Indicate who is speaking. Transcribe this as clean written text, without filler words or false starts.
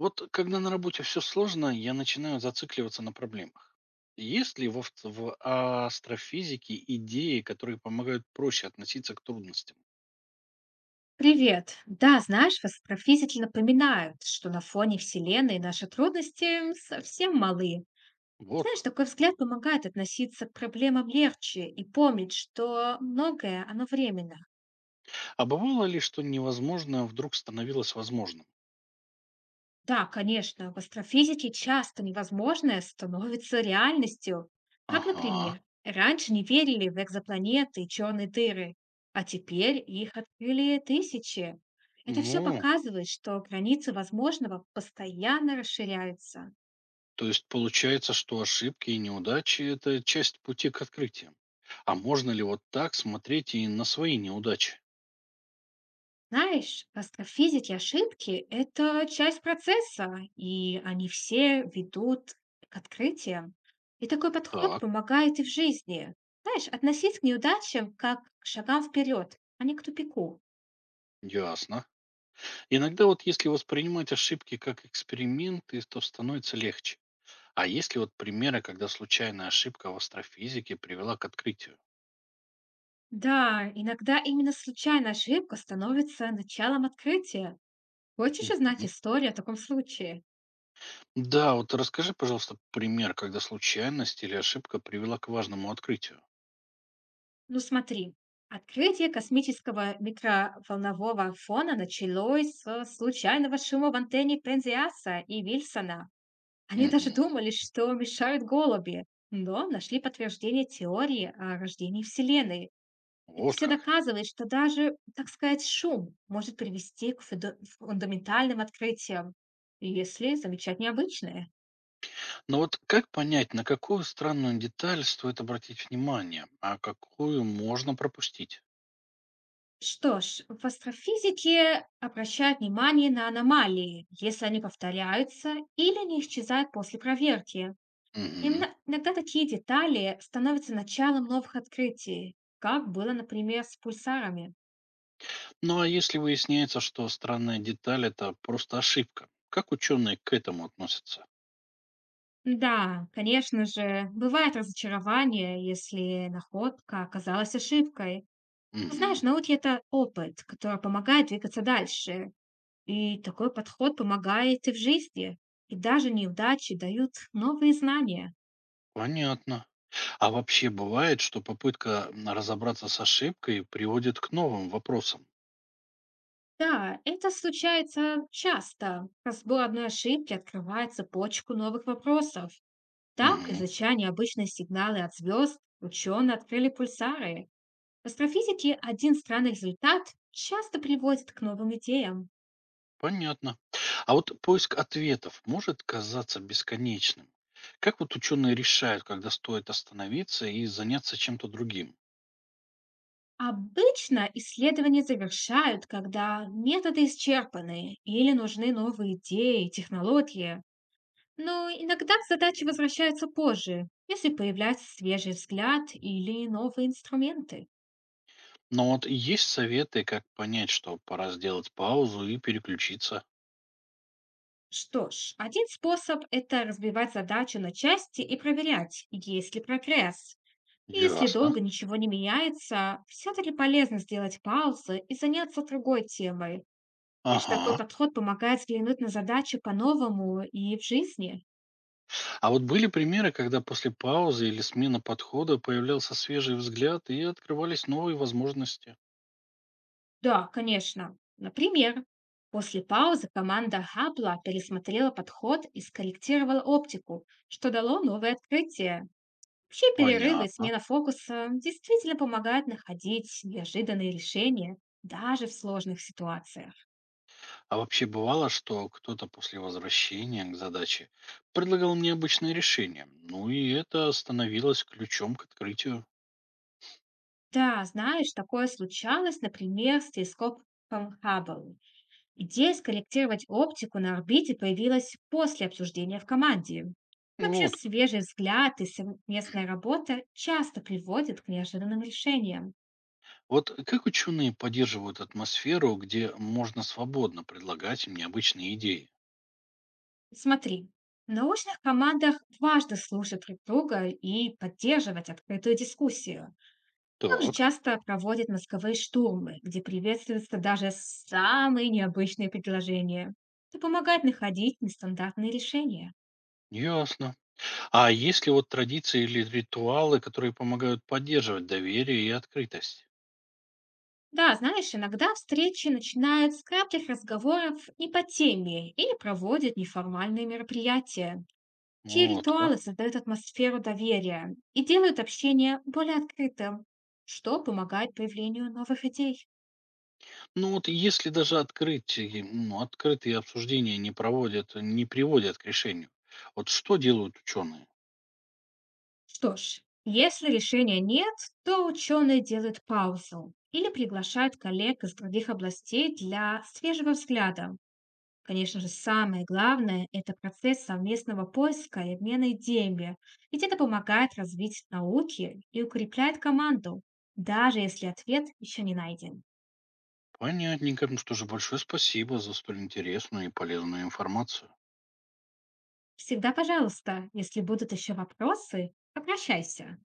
Speaker 1: Вот когда на работе все сложно, я начинаю зацикливаться на проблемах. Есть ли в астрофизике идеи, которые помогают проще относиться к трудностям?
Speaker 2: Привет. Да, знаешь, астрофизики напоминают, что на фоне Вселенной наши трудности совсем малы.
Speaker 1: Вот
Speaker 2: Знаешь,
Speaker 1: как.
Speaker 2: такой взгляд помогает относиться к проблемам легче и помнить, что многое, оно временно.
Speaker 1: А бывало ли, что невозможное вдруг становилось возможным?
Speaker 2: Да, конечно, в астрофизике часто невозможное становится реальностью. Как,
Speaker 1: Ага.
Speaker 2: например, раньше не верили в экзопланеты и черные дыры, а теперь их открыли тысячи. Это все
Speaker 1: Ну,
Speaker 2: показывает, что границы возможного постоянно расширяются.
Speaker 1: то есть получается, что ошибки и неудачи– это часть пути к открытиям. А можно ли вот так смотреть и на свои неудачи?
Speaker 2: Знаешь, астрофизики ошибки — это часть процесса, и они все ведут к открытиям. И такой подход
Speaker 1: Так,
Speaker 2: помогает и в жизни. Знаешь, относись к неудачам как к шагам вперед, а не к тупику.
Speaker 1: ясно. Иногда вот если воспринимать ошибки как эксперименты, то становится легче. А есть ли вот примеры, когда случайная ошибка в астрофизике привела к открытию?
Speaker 2: Да, иногда именно случайная ошибка становится началом открытия. Хочешь узнать
Speaker 1: Мгм.
Speaker 2: историю о таком случае?
Speaker 1: Да, вот расскажи, пожалуйста, пример, когда случайность или ошибка привела к важному открытию.
Speaker 2: Ну смотри, открытие космического микроволнового фона началось с случайного шума в антенне Пензиаса и Вильсона. Они даже
Speaker 1: Мгм.
Speaker 2: думали, что мешают голуби, но нашли подтверждение теории о рождении Вселенной. Это
Speaker 1: Вот
Speaker 2: все
Speaker 1: как.
Speaker 2: доказывает, что даже, так сказать, шум может привести к фундаментальным открытиям, если замечать необычное.
Speaker 1: Но вот как понять, на какую странную деталь стоит обратить внимание, а какую можно пропустить?
Speaker 2: Что ж, в астрофизике обращают внимание на аномалии, если они повторяются или не исчезают после проверки.
Speaker 1: Мгм.
Speaker 2: Иногда такие детали становятся началом новых открытий, как было, например, с пульсарами.
Speaker 1: Ну а если выясняется, что странная деталь это просто ошибка, как ученые к этому относятся?
Speaker 2: Да, конечно же, бывает разочарование, если находка оказалась ошибкой. Но знаешь,
Speaker 1: Мгм.
Speaker 2: в науке это опыт, который помогает двигаться дальше. И такой подход помогает и в жизни. И даже неудачи дают новые знания.
Speaker 1: Понятно. А вообще бывает, что попытка разобраться с ошибкой приводит к новым вопросам?
Speaker 2: Да, это случается часто. Разбор одной ошибки открывает цепочку новых вопросов. Так,
Speaker 1: Мгм.
Speaker 2: изучая необычные сигналы от звезд, ученые открыли пульсары. В астрофизике один странный результат часто приводит к новым идеям.
Speaker 1: Понятно. А вот поиск ответов может казаться бесконечным. Как вот ученые решают, когда стоит остановиться и заняться чем-то другим?
Speaker 2: Обычно исследования завершают, когда методы исчерпаны или нужны новые идеи и технологии. Но иногда задачи возвращаются позже, если появляется свежий взгляд или новые инструменты.
Speaker 1: Но вот есть советы, как понять, что пора сделать паузу и переключиться?
Speaker 2: Что ж, один способ — это разбивать задачу на части и проверять, есть ли прогресс. И если
Speaker 1: Ясно.
Speaker 2: долго ничего не меняется, все-таки полезно сделать паузы и заняться другой темой. Знаешь, такой
Speaker 1: Ага.
Speaker 2: подход помогает взглянуть на задачу по-новому и в жизни.
Speaker 1: А вот были примеры, когда после паузы или смены подхода появлялся свежий взгляд и открывались новые возможности?
Speaker 2: Да, конечно. Например, после паузы команда Хабла пересмотрела подход и скорректировала оптику, что дало новое открытие. Вообще перерывы и
Speaker 1: Понятно.
Speaker 2: смена фокуса действительно помогают находить неожиданные решения даже в сложных ситуациях.
Speaker 1: А вообще бывало, что кто-то после возвращения к задаче предлагал необычное решение, ну и это становилось ключом к открытию.
Speaker 2: Да, знаешь, такое случалось, например, с телескопом Хаббл. Идея скорректировать оптику на орбите появилась после обсуждения в команде. Вообще
Speaker 1: Вот как.
Speaker 2: свежий взгляд и совместная работа часто приводят к неожиданным решениям.
Speaker 1: Вот как ученые поддерживают атмосферу, где можно свободно предлагать им необычные идеи?
Speaker 2: Смотри, в научных командах важно слушать друг друга и поддерживать открытую дискуссию. Также
Speaker 1: Так,
Speaker 2: часто проводят мозговые штурмы, где приветствуются даже самые необычные предложения. Это помогает находить нестандартные решения.
Speaker 1: ясно. А есть ли вот традиции или ритуалы, которые помогают поддерживать доверие и открытость?
Speaker 2: Да, знаешь, иногда встречи начинают с кратких разговоров не по теме или проводят неформальные мероприятия. Те
Speaker 1: Вот как.
Speaker 2: ритуалы создают атмосферу доверия и делают общение более открытым, что помогает появлению новых идей.
Speaker 1: Ну вот если даже открытие, ну, открытые обсуждения не проводят, не приводят к решению, вот что делают ученые?
Speaker 2: Что ж, если решения нет, то ученые делают паузу или приглашают коллег из других областей для свежего взгляда. Конечно же, самое главное — это процесс совместного поиска и обмена идеями, ведь это помогает развить науки и укрепляет команду, даже если ответ еще не найден.
Speaker 1: Понятненько, ну что же, большое спасибо за столь интересную и полезную информацию.
Speaker 2: Всегда пожалуйста, если будут еще вопросы, обращайся.